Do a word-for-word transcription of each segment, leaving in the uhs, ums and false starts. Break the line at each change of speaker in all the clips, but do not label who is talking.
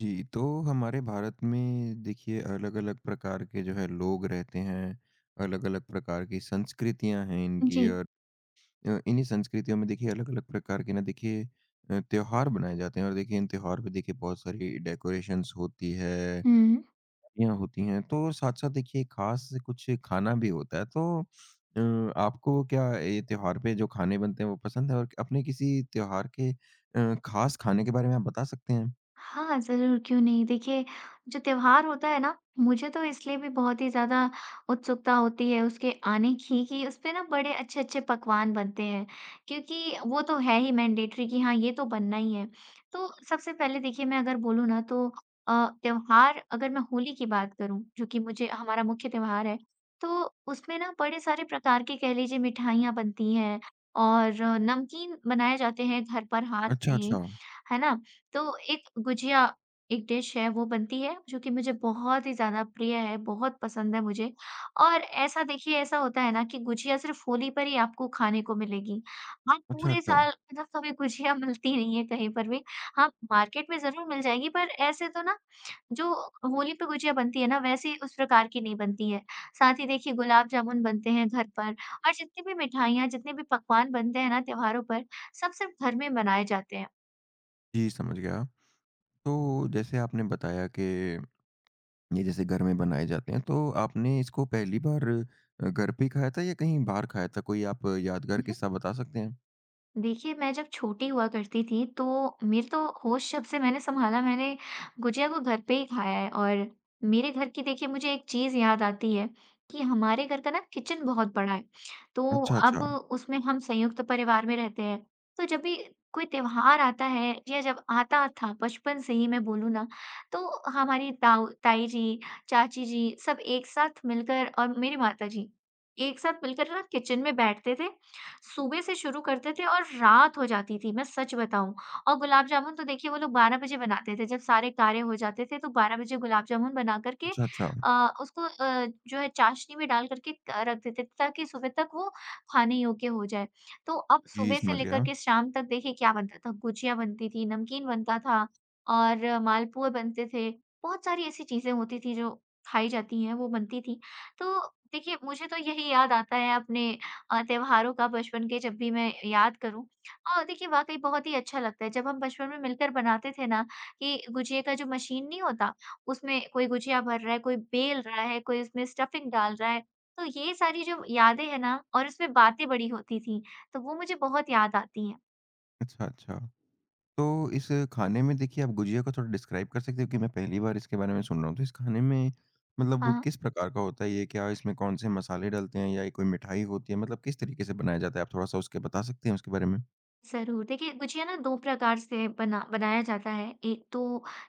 जी, तो हमारे भारत में देखिए अलग-अलग प्रकार के जो है लोग रहते हैं, अलग-अलग प्रकार की संस्कृतियाँ हैं
जी।
इनकी और अ, इन्हीं संस्कृतियों में देखिए अलग-अलग प्रकार के ना देखिए अ, त्योहार मनाए जाते हैं और देखिए इन त्योहार पे देखिए बहुत सारी डेकोरेशंस होती है,
हुँ,
पार्टियाँ होती हैं, तो साथ-साथ देखिए खास से कुछ खाना भी होता है। तो अ, आपको क्या ये त्योहार पे जो खाने बनते हैं वो पसंद है? और अपने किसी त्योहार के अ, खास खाने के बारे में आप बता सकते हैं?
हाँ, ज़रूर, क्यों नहीं। देखिए, जो त्योहार होता है ना, मुझे तो इसलिए भी बहुत ही ज़्यादा उत्सुकता होती है उसके आने की कि उसपे ना बड़े अच्छे-अच्छे पकवान बनते हैं, क्योंकि वो तो है ही मैंडेटरी कि हाँ, ये तो बनना ही है। तो सबसे पहले देखिए मैं अगर बोलूँ ना तो अ, त्योहार अगर मैं होली की बात करूँ, जो कि मुझे हमारा मुख्य त्योहार है, तो उसमें ना बड़े सारे प्रकार के कह लीजिए मिठाइयाँ बनती हैं और नमकीन बनाए जाते हैं घर पर हाथ से
अच्छा, अच्छा।
ही, है ना? तो एक गुजिया एक डिश है वो बनती है जो कि मुझे बहुत ही ज़्यादा प्रिय है, बहुत पसंद है मुझे। और ऐसा देखिए ऐसा होता है ना कि गुजिया सिर्फ़ होली पर ही आपको खाने को मिलेगी। आप
अच्छा,
पूरे
अच्छा।
साल मतलब कभी गुजिया मिलती नहीं है कहीं पर भी। हाँ, मार्केट में ज़रूर मिल जाएगी पर ऐसे तो ना जो होली पे गुजिया बनती है ना वैसी उस प्रकार की नहीं बनती है। साथ ही देखिए गुलाब जामुन बनते हैं घर पर और जितनी भी मिठाइयाँ, जितने भी पकवान बनते हैं ना त्योहारों पर, सब सिर्फ़ घर में बनाए जाते हैं।
जी, समझ गया। तो जैसे आपने बताया कि ये जैसे घर में बनाए जाते हैं, तो आपने इसको पहली बार अ, घर पे ही खाया था या कहीं बाहर खाया था? कोई आप यादगार किस्सा बता सकते हैं?
देखिए, मैं जब छोटी हुआ करती थी, तो मेरे तो होश जब से मैंने सँभाला, मैंने गुजिया को घर पे ही खाया है और मेरे घर की देखिए मुझे एक चीज़ याद आती है कि हमारे घर का ना किचन बहुत बड़ा है, तो
अच्छा,
अब
अच्छा।
उसमें हम संयुक्त परिवार में रहते हैं। तो जब भी कोई त्योहार आता है या जब आता था बचपन से ही मैं बोलूँ ना, तो हमारी ताऊ ताई जी, चाची जी सब एक साथ मिलकर और मेरी माता जी, एक साथ मिलकर ना किचन में बैठते थे सुबह से शुरू करते थे और रात हो जाती थी, मैं सच बताऊँ। और गुलाब जामुन तो देखिए वो लोग बारह बजे बनाते थे, जब सारे कार्य हो जाते थे तो बारह बजे गुलाब जामुन बना कर के
अच्छा, अच्छा।
अ, उसको अ, जो है चाशनी में डाल करके क रख देते थे ताकि सुबह तक वो खाने योग्य हो जाए। तो अब
जी,
सुबह से
समझ
लेकर
गया।
के शाम तक देखिए क्या बनता था, गुजिया बनती थी, नमकीन बनता था और मालपुए बनते थे। बहुत सारी ऐसी चीज़ें होती थी जो खाई जाती हैं, वो बनती थी। तो देखिए मुझे तो यही याद आता है अपने अ, त्योहारों का बचपन के जब भी मैं याद करूँ अ, देखिए वाक़ई बहुत ही अच्छा लगता है। जब हम बचपन में मिलकर बनाते थे ना कि गुजिया का जो मशीन नहीं होता, उसमें कोई गुजिया भर रहा है, कोई बेल रहा है, कोई उसमें स्टफिंग डाल रहा है। तो ये सारी जो यादें हैं ना और इसमें बातें बड़ी होती थी, तो वो मुझे बहुत याद आती हैं।
अच्छा, अच्छा। तो इस खाने में देखिए आप गुजिया को थोड़ा डिस्क्राइब कर सकते हो कि मैं पहली बार इसके बारे में सुन रहा हूँ। तो इस खाने में मतलब
हाँ।
किस प्रकार का होता है ये? क्या इसमें कौन-से मसाले डलते हैं या ये कोई मिठाई होती है? मतलब किस तरीके से बनाया जाता है? आप थोड़ा-सा उसके बता सकते हैं उसके बारे में?
ज़रूर। देखिए, गुझिया ना दो प्रकार से बना बनाया जाता है। एक तो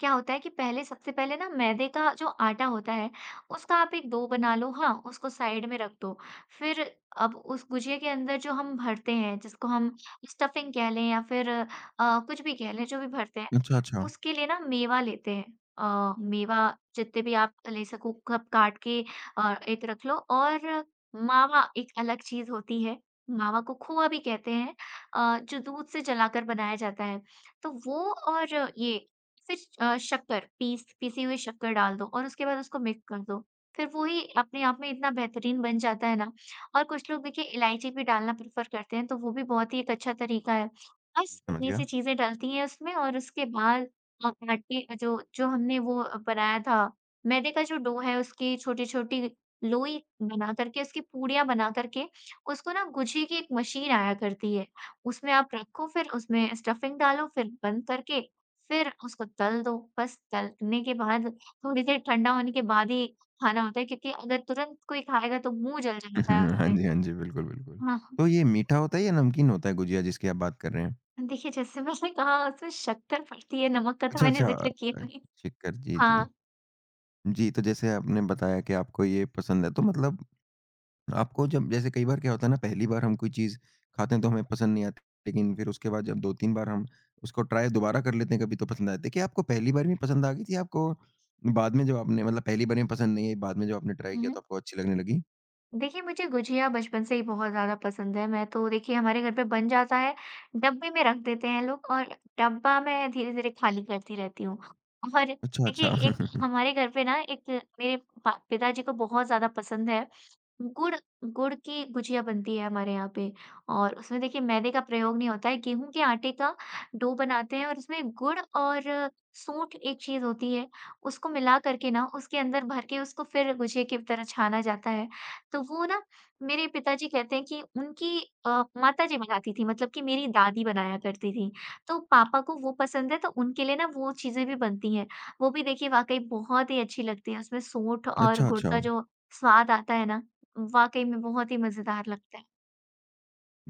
क्या होता है कि पहले सबसे पहले ना मैदे का जो आटा होता है, उसका आप एक डो बना लो हाँ, उसको साइड में रख दो। फिर अब उस गुझिया के अंदर जो हम भरते हैं, जिसको हम स्टफिंग कह लें या फिर अ, कुछ भी कह लें, जो भी भरते हैं,
अच्छा, अच्छा।
उसके लिए ना मेवा लेते हैं। अ, मेवा जितने भी आप ले सको कप काट के अ, एक रख लो और मावा एक अलग चीज़ होती है। मावा को खोआ भी कहते हैं। अ, जो दूध से जलाकर बनाया जाता है, तो वो और ये फिर अ, शक्कर पीस पीसी हुई शक्कर डाल दो और उसके बाद उसको मिक्स कर दो। फिर वो ही अपने आप में इतना बेहतरीन बन जाता है ना और कुछ लोग देखिए इलायची भी डालना प्रेफ़र करते हैं, तो वो भी बहुत ही एक अच्छा तरीका है। बस
समझ
इतनी सी
गया।
चीज़ें डलती हैं उसमें और उसके बाद अ, आटे के जो जो हमने वो बनाया था, मैदे का जो डो है उसकी छोटी-छोटी लोई बना कर के उसकी पूड़ियाँ बना कर के उसको ना गुझी की एक मशीन आया करती है। उसमें आप रखो फिर उसमें स्टफिंग डालो फिर बंद करके, फिर उसको तल दो। बस तलने के बाद थोड़ी देर ठंडा होने के बाद ही खाना होता है क्योंकि अगर तुरंत कोई खाएगा तो मुँह जल जाता है
हम्म, हाँ
उसमें।
जी, हाँ जी। बिल्कुल, बिल्कुल।
हाँ, हाँ।
तो ये मीठा होता है या नमकीन होता है गुजिया जिसकी आप बात कर रहे हैं?
देखिए जैसे मैंने कहा उसमें शक्कर पड़ती है, नमक का तो
अच्छा,
मैंने
अच्छा।
ज़िक्र किया
अ,
नहीं।
शिक्कर जी, जी।
हाँ।
जी, तो जैसे आपने बताया कि आपको ये पसंद है, तो मतलब आपको जब जैसे कई बार क्या होता है ना पहली बार हम कोई चीज़ खाते हैं तो हमें पसंद नहीं आती, लेकिन फिर उसके बाद जब दो तीन बार हम उसको ट्राई दोबारा कर लेते हैं कभी तो पसंद आती है। क्या आपको पहली बार में पसंद आ गई थी? आपको बाद में जब आपने मतलब पहली बार में पसंद नहीं आई, बाद में जब आपने ट्राई
हुँ,
किया
हुँ।
तो आपको अच्छी लगने लगी?
देखिए, मुझे गुझिया बचपन से ही बहुत ज़्यादा पसंद है। मैं तो देखिए हमारे घर पे बन जाता है, डब्बे में रख देते हैं लोग और डब्बा मैं धीरे-धीरे खाली करती रहती हूँ। और
अच्छा,
देखिए
अच्छा।
एक हमारे घर पे ना एक मेरे पा पिताजी को बहुत ज़्यादा पसंद है, गुड़ गुड़ की गुझिया बनती है हमारे यहाँ पे और उसमें देखिए मैदे का प्रयोग नहीं होता है, गेहूँ के आटे का डो बनाते हैं और उसमें गुड़ और सूंठ एक चीज़ होती है, उसको मिला कर के ना उसके अंदर भर के उसको फिर गुझिया की तरह छाना जाता है। तो वो ना मेरे पिताजी कहते हैं कि उनकी अ, माताजी बनाती थी मतलब कि मेरी दादी बनाया करती थी। तो पापा को वो पसंद है तो उनके लिए ना वो चीज़ें भी बनती हैं। वो भी देखिए वाक़ई बहुत ही अच्छी लगती है। उसमें सोंठ और
अच्छा,
गुड़
अच्छा।
का जो स्वाद आता है ना, वाक़ई में बहुत ही मज़ेदार लगता है।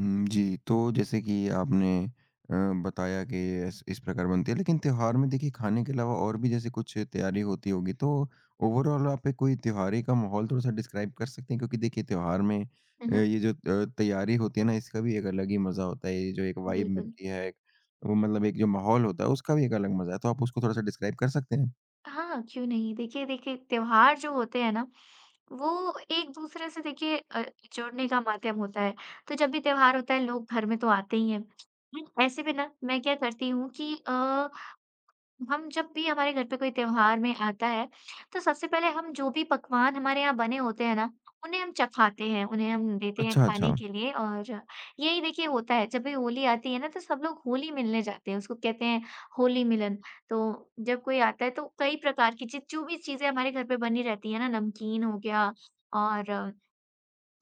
हुँ, जी। तो जैसे कि आपने अ, बताया कि इस इस प्रकार बनती है, लेकिन त्योहार में देखिए खाने के अलावा और भी जैसे कुछ तैयारी होती होगी, तो ओवरऑल आप एक कोई त्योहारी का माहौल थोड़ा-सा डिस्क्राइब कर सकते हैं? क्योंकि देखिए त्योहार में
हुँ,
अ,
हुँ।
ये जो अ, तैयारी होती है ना, इसका भी एक अलग ही मज़ा होता है। ये जो एक वाइब
बिल्कुल।
मिलती है, एक वो मतलब एक जो माहौल होता है, उसका भी एक अलग मज़ा है। तो आप उसको थोड़ा-सा डिस्क्राइब कर सकते हैं?
हाँ, क्यों नहीं। देखिए देखिए, त्योहार जो होते हैं ना, वो एक-दूसरे से देखिए अ, जुड़ने का माध्यम होता है। तो जब भी त्योहार होता है, लोग घर में तो आते ही हैं। हम्म, ऐसे में ना, मैं क्या करती हूँ कि अ, हम जब भी हमारे घर पे कोई त्योहार में आता है, तो सबसे पहले हम जो भी पकवान हमारे यहाँ बने होते हैं ना, उन्हें हम चखाते हैं, उन्हें हम देते हैं
अच्छा,
खाने
अच्छा।
के लिए और यही देखिए होता है, जब भी होली आती है ना तो सब लोग होली मिलने जाते हैं, उसको कहते हैं होली मिलन। तो जब कोई आता है तो कई प्रकार की चीज़ जो भी चीज़ें हमारे घर पे बनी रहती है ना, नमकीन हो गया और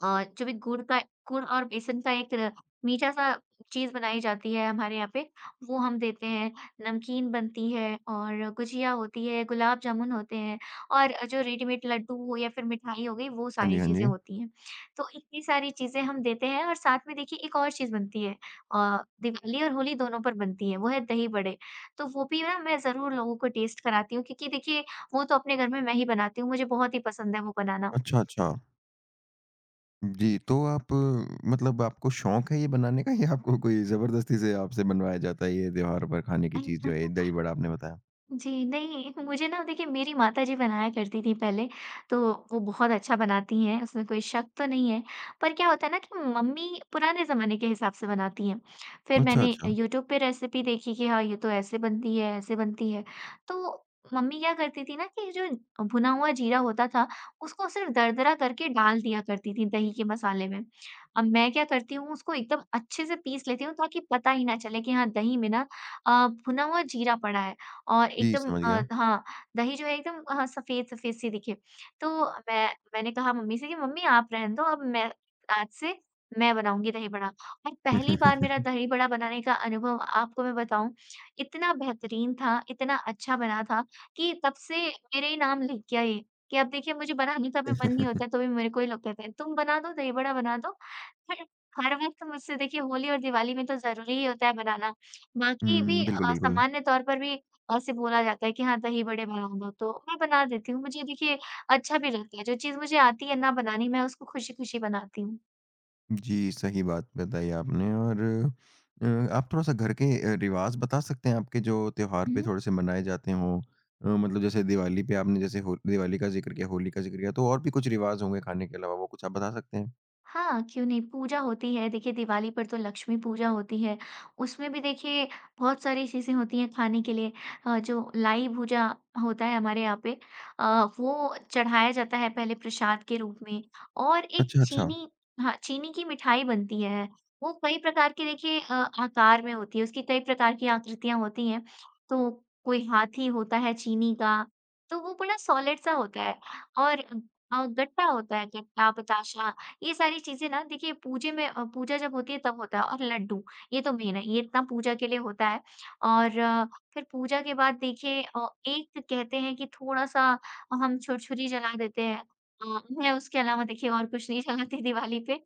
अ, जो भी गुड़ का गुड़ और बेसन का एक मीठा-सा चीज़ बनाई जाती है हमारे यहाँ पे, वो हम देते हैं। नमकीन बनती है और गुजिया होती है, गुलाब जामुन होते हैं और जो रेडीमेड लड्डू हो या फिर मिठाई हो गई, वो
हाँ
सारी
जी, हाँ
चीज़ें
जी।
होती हैं। तो इतनी सारी चीज़ें हम देते हैं और साथ में देखिए एक और चीज़ बनती है अ, दिवाली और होली दोनों पर बनती है, वो है दही बड़े। तो वो भी ना मैं ज़रूर लोगों को टेस्ट कराती हूँ क्योंकि देखिए, वो तो अपने घर में मैं ही बनाती हूँ, मुझे बहुत ही पसंद है वो बनाना।
अच्छा, अच्छा। जी, तो आप अ, मतलब आपको शौक है ये बनाने का या आपको कोई ज़बरदस्ती से आपसे बनवाया जाता है ये त्योहार पर खाने की चीज़ जो है, दही-बड़ा आपने बताया?
जी, नहीं मुझे ना देखिए मेरी माताजी बनाया करती थी पहले, तो वो बहुत अच्छा बनाती हैं, उसमें कोई शक तो नहीं है। पर क्या होता है ना कि मम्मी पुराने ज़माने के हिसाब से बनाती हैं। फिर
अच्छा,
मैंने
अच्छा।
यूट्यूब पे रेसिपी देखी कि हाँ, ये तो ऐसे बनती है, ऐसे बनती है। तो मम्मी क्या करती थी ना कि जो भुना हुआ जीरा होता था, उसको सिर्फ दरदरा करके डाल दिया करती थी दही के मसाले में। अब मैं क्या करती हूँ उसको एकदम अच्छे से पीस लेती हूँ ताकि पता ही ना चले कि हाँ, दही में ना अ, भुना हुआ जीरा पड़ा है। और
जी,
एकदम
समझ
अ,
गया।
हाँ, दही जो है एकदम अ, सफ़ेद-सफ़ेद सी दिखे। तो मैं मैंने कहा मम्मी से कि मम्मी आप रहने दो अब मैं आज से मैं बनाऊँगी दही बड़ा। और पहली बार मेरा दही बड़ा बनाने का अनुभव आपको मैं बताऊँ, इतना बेहतरीन था, इतना अच्छा बना था कि तब से मेरे ही नाम लिख गया ये, कि अब देखिए मुझे बनाने का भी मन नहीं होता है, तो भी मेरे को ही लोग कहते हैं, "तुम बना दो, दही बड़ा बना दो।" हर वक़्त मुझसे देखिए होली और दिवाली में तो ज़रूरी ही होता है बनाना। बाकी भी
हुँ, बिल्कुल,
अ,
बिल्कुल।
सामान्य तौर पर भी ऐसे बोला जाता है कि हाँ, दही बड़े बना दो, तो मैं बना देती हूँ। मुझे देखिए अच्छा भी लगता है, जो चीज़ मुझे आती है ना बनानी, मैं उसको खुशी-खुशी बनाती हूँ।
जी, सही बात बताई आपने और अ, आप थोड़ा-सा घर के अ, रिवाज़ बता सकते हैं आपके जो त्योहार पे थोड़े-से मनाए जाते हों? अ, मतलब जैसे दिवाली पे आपने जैसे हो दिवाली का ज़िक्र किया, होली का ज़िक्र किया, तो और भी कुछ रिवाज़ होंगे खाने के अलावा, वो कुछ आप बता सकते हैं?
हाँ, क्यों नहीं? पूजा होती है, देखिए दिवाली पर तो लक्ष्मी पूजा होती है, उसमें भी देखिए बहुत सारी चीज़ें होती हैं खाने के लिए। अ, जो लाई भुजा होता है हमारे यहाँ पे। अ, वो चढ़ाया जाता है पहले प्रसाद के रूप में और एक
अच्छा, अच्छा।
चीनी। हाँ, चीनी की मिठाई बनती है, वो कई प्रकार के देखिए अ, आकार में होती है, उसकी कई प्रकार की आकृतियाँ होती हैं, तो कोई हाथी होता है चीनी का, तो वो बड़ा सॉलिड सा होता है और अ, गट्टा होता है गट्टा, बताशा। ये सारी चीज़ें ना देखिए पूजे में, अ, पूजा जब होती है तब होता है, और लड्डू, ये तो मेन है, ये इतना पूजा के लिए होता है। और अ, फिर पूजा के बाद देखिए अ, एक कहते हैं कि थोड़ा-सा हम छुरछुरी जला देते हैं। अ, मैं उसके अलावा देखिए और कुछ नहीं जलाती दिवाली पे,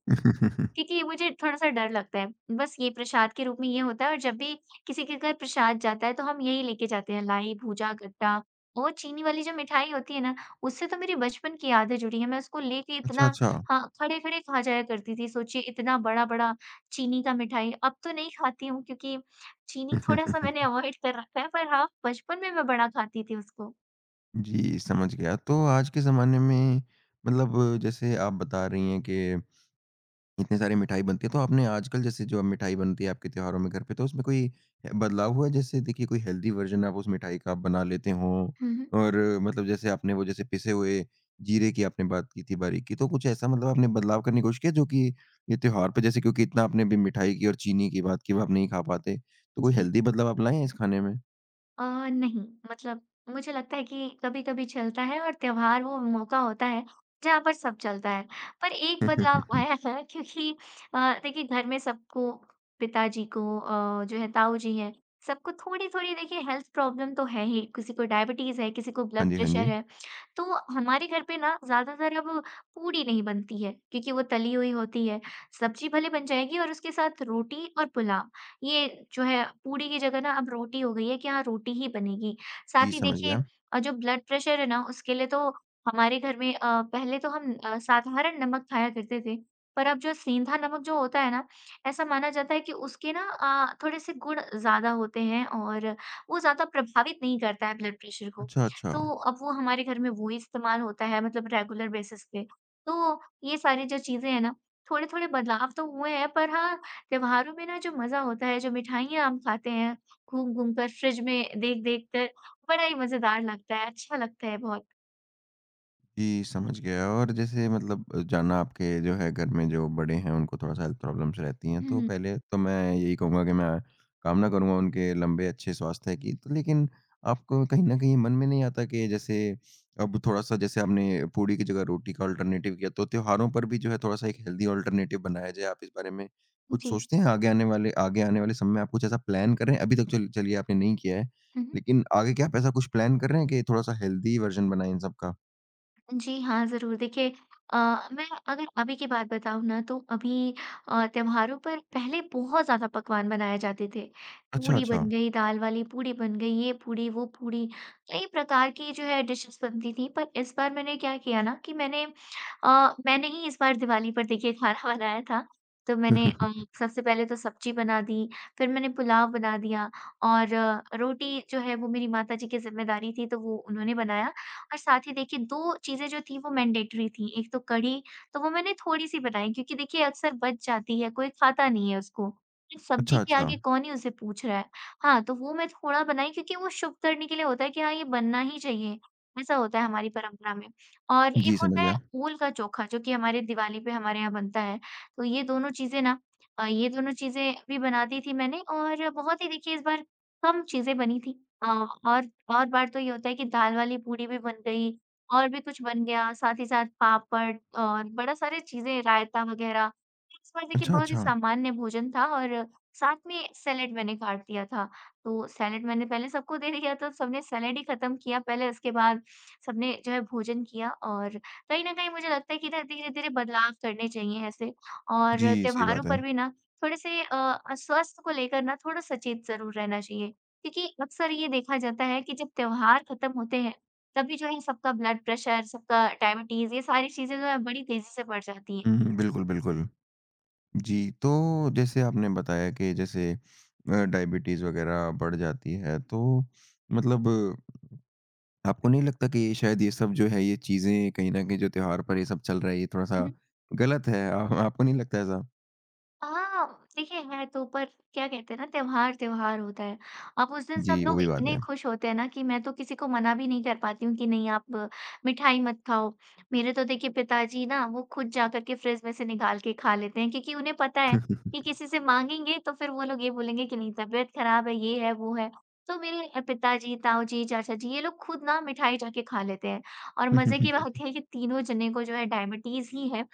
क्योंकि मुझे थोड़ा-सा डर लगता है। बस ये प्रसाद के रूप में ये होता है और जब भी किसी के घर प्रसाद जाता है, तो हम यही लेके जाते हैं, लाई, भूजा, गट्टा। वो चीनी वाली जो मिठाई होती है ना, उससे तो मेरी बचपन की यादें जुड़ी हैं। मैं उसको लेके इतना,
अच्छा, अच्छा।
हाँ, खड़े-खड़े खा जाया करती थी। सोचिए इतना बड़ा-बड़ा चीनी का मिठाई, अब तो नहीं खाती हूँ क्योंकि चीनी थोड़ा-सा मैंने अवॉइड कर रखा है, पर हाँ, बचपन में मैं बड़ा खाती थी उसको।
जी, समझ गया। तो आज के ज़माने में मतलब जैसे आप बता रही हैं कि इतनी सारी मिठाई बनती है, तो आपने आजकल जैसे जो अब मिठाई बनती है आपके त्योहारों में घर पे, तो उसमें कोई बदलाव हुआ है? जैसे देखिए कोई हेल्दी वर्ज़न आप उस मिठाई का आप बना लेते हों
हुँ, हुँ।
और मतलब जैसे आपने वो जैसे पिसे हुए जीरे की आपने बात की थी बारीक की, तो कुछ ऐसा मतलब आपने बदलाव करने की कोशिश की है जो कि ये त्योहार पे जैसे क्योंकि इतना आपने अभी मिठाई की और चीनी की बात की, वो आप नहीं खा पाते, तो कोई
जी।
हेल्दी बदलाव आप लाए हैं इस खाने में?
अ, नहीं मतलब मुझे लगता है कि कभी-कभी चलता है और त्योहार वो मौका होता है जहाँ पर सब चलता है। पर एक बदलाव आया है क्योंकि अ, देखिए घर में सबको पिताजी को, अ, जो है ताऊ जी हैं, सबको थोड़ी-थोड़ी देखिए हेल्थ प्रॉब्लम तो है ही, किसी को डायबिटीज़ है, किसी को ब्लड
हाँ जी, हाँ
प्रेशर
जी।
है। तो हमारे घर पे ना ज़्यादातर अब पूड़ी नहीं बनती है क्योंकि वो तली हुई होती है। सब्जी भले बन जाएगी और उसके साथ रोटी और पुलाव। ये जो है पूरी की जगह ना अब रोटी हो गई है कि हाँ, रोटी ही बनेगी।
जी,
साथ ही
समझ
देखिए
गया।
अ, जो ब्लड प्रेशर है ना उसके लिए तो हमारे घर में अ, पहले तो हम अ, साधारण नमक खाया करते थे। पर अब जो सेंधा नमक जो होता है ना, ऐसा माना जाता है कि उसके ना अ, थोड़े-से गुण ज़्यादा होते हैं और वो ज़्यादा प्रभावित नहीं करता है ब्लड प्रेशर को।
अच्छा, अच्छा।
तो अब वो हमारे घर में वो ही इस्तेमाल होता है मतलब रेगुलर बेसिस पे। तो ये सारी जो चीज़ें हैं ना, थोड़े-थोड़े बदलाव तो हुए हैं पर हाँ, त्योहारों में ना जो मज़ा होता है, जो मिठाइयाँ हम खाते हैं, घूम-घूम कर फ्रिज में देख-देख कर, बड़ा ही मज़ेदार लगता है, अच्छा लगता है बहुत।
जी, समझ गया और जैसे मतलब जानना आपके जो है घर में जो बड़े हैं उनको थोड़ा-सा हेल्थ प्रॉब्लम्स रहती हैं, तो
हुँ।
पहले तो मैं यही कहूँगा कि मैं कामना करूँगा उनके लंबे अच्छे स्वास्थ्य की। तो लेकिन आपको कहीं न कहीं मन में नहीं आता कि जैसे अब थोड़ा-सा जैसे आपने पूड़ी की जगह रोटी का अल्टरनेटिव किया, तो त्योहारों पर भी जो है थोड़ा-सा एक हेल्दी अल्टरनेटिव बनाया जाए। आप इस बारे में कुछ
जी।
सोचते हैं आगे आने वाले आगे आने वाले समय में आप कुछ ऐसा प्लान कर रहे हैं? अभी तक चल चलिए आपने नहीं किया है,
हुँ, हुँ।
लेकिन आगे क्या आप ऐसा कुछ प्लान कर रहे हैं कि थोड़ा-सा हेल्दी वर्ज़न बनाएँ इन सब का?
जी हाँ, ज़रूर। देखिए अ, मैं अगर अभी की बात बताऊँ ना तो अभी अ, त्योहारों पर पहले बहुत ज़्यादा पकवान बनाए जाते थे।
अच्छा,
पूड़ी
अच्छा।
बन गई, दाल वाली पूड़ी बन गई, ये पूड़ी, वो पूड़ी, कई प्रकार की जो है डिशेज़ बनती थी। पर इस बार मैंने क्या किया ना कि मैंने अ, मैंने ही इस बार दिवाली पर देखिए खाना बनाया था। तो मैंने अ, सबसे पहले तो सब्ज़ी बना दी, फिर मैंने पुलाव बना दिया और अ, रोटी जो है वो मेरी माताजी की ज़िम्मेदारी थी तो वो उन्होंने बनाया। और साथ ही देखिए दो चीज़ें जो थी वो मैंडेटरी थी। एक तो कढ़ी, तो वो मैंने थोड़ी-सी बनाई क्योंकि देखिए अक्सर बच जाती है, कोई खाता नहीं है उसको। फिर सब्जी
अच्छा,
के
अच्छा।
आगे कौन ही उसे पूछ रहा है। हाँ, तो वो मैं थोड़ा बनाई क्योंकि वो शुभ करने के लिए होता है कि हाँ, ये बनना ही चाहिए। ऐसा होता है हमारी परंपरा में। और एक
जी, समझ
होता है
गया।
ओल का चोखा जो कि हमारे दिवाली पे हमारे यहाँ बनता है। तो ये दोनों चीज़ें ना अ, ये दोनों चीज़ें भी बना दी थी मैंने और बहुत ही देखिए इस बार कम चीज़ें बनी थी। अ, और बहुत बार तो ये होता है कि दाल वाली पूड़ी भी बन गई और भी कुछ बन गया, साथ ही साथ पापड़ और बड़ा सारी चीज़ें, रायता वगैरह। इस बार देखिए
अच्छा,
बहुत ही
अच्छा।
सामान्य भोजन था और साथ में सैलेड मैंने काट दिया था। तो सैलेड मैंने पहले सबको दे दिया तो सबने सैलेड ही खत्म किया पहले, उसके बाद सबने जो है भोजन किया और कहीं न कहीं मुझे लगता है कि ना धीरे-धीरे बदलाव करने चाहिए ऐसे, और
जी, सही
त्योहारों
बात है।
पर भी ना थोड़े-से अ, स्वास्थ्य को लेकर ना थोड़ा सचेत ज़रूर रहना चाहिए। क्योंकि अक्सर ये देखा जाता है कि जब त्योहार खत्म होते हैं तभी जो है सबका ब्लड प्रेशर, सबका डायबिटीज ये सारी चीजें जो है बड़ी तेजी से बढ़ जाती
हुँ, हुँ, बिल्कुल, बिल्कुल। जी, तो जैसे आपने बताया कि जैसे अ, डायबिटीज़ वग़ैरह बढ़ जाती है, तो मतलब आपको नहीं लगता कि ये शायद ये सब जो है, ये चीज़ें कहीं न कहीं जो त्योहार पर ये सब चल रहा है, ये थोड़ा-सा
हैं।
गलत है? आ आपको नहीं लगता ऐसा?
हाँ, देखिए है तो, पर क्या कहते हैं ना त्योहार त्योहार होता है। अब उस दिन सब
जी, वो
लोग
भी बात
इतने
है।
खुश होते हैं ना कि मैं तो किसी को मना भी नहीं कर पाती हूँ कि नहीं आप मिठाई मत खाओ। मेरे तो देखिए पिताजी ना वो खुद जाकर के फ्रिज में से निकाल के खा लेते हैं क्योंकि उन्हें पता है कि किसी से माँगेंगे तो फिर वो लोग ये बोलेंगे कि नहीं तबीयत खराब है, ये है, वो है। तो मेरे अ, पिताजी, ताऊ जी, चाचा जी ये लोग खुद ना मिठाई जाके खा लेते हैं और मज़े की बात है कि तीनों जने को जो है डायबिटीज़ ही है।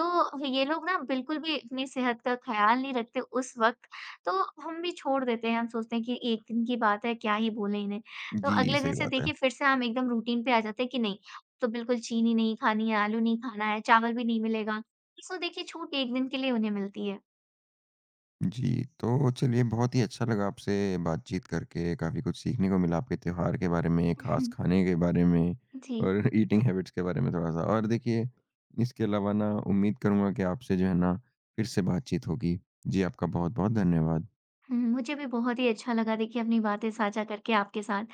तो ये लोग ना बिल्कुल भी अपनी सेहत का ख़्याल नहीं रखते उस वक़्त, तो हम भी छोड़ देते हैं, हम सोचते हैं कि एक दिन की बात है, क्या ही बोले इन्हें। तो
जी,
अगले दिन
सही
से
बात है।
देखिए फिर से हम एकदम रूटीन पे आ जाते हैं कि नहीं, तो बिल्कुल चीनी नहीं खानी है, आलू नहीं खाना है, चावल भी नहीं मिलेगा। सो देखिए छूट एक दिन के लिए उन्हें मिलती है।
जी, तो चलिए बहुत ही अच्छा लगा आपसे बातचीत करके, काफ़ी कुछ सीखने को मिला आपके त्योहार के बारे में, ख़ास
हम्म,
खाने के बारे में
जी।
और ईटिंग हैबिट्स के बारे में थोड़ा-सा। और देखिए इसके अलावा ना उम्मीद करूँगा कि आपसे जो है ना, फिर से बातचीत होगी। जी, आपका बहुत-बहुत धन्यवाद।
हुँ, मुझे भी बहुत ही अच्छा लगा देखिए अपनी बातें साझा करके आपके साथ।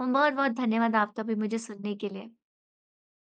बहुत-बहुत धन्यवाद आपका भी मुझे सुनने के लिए।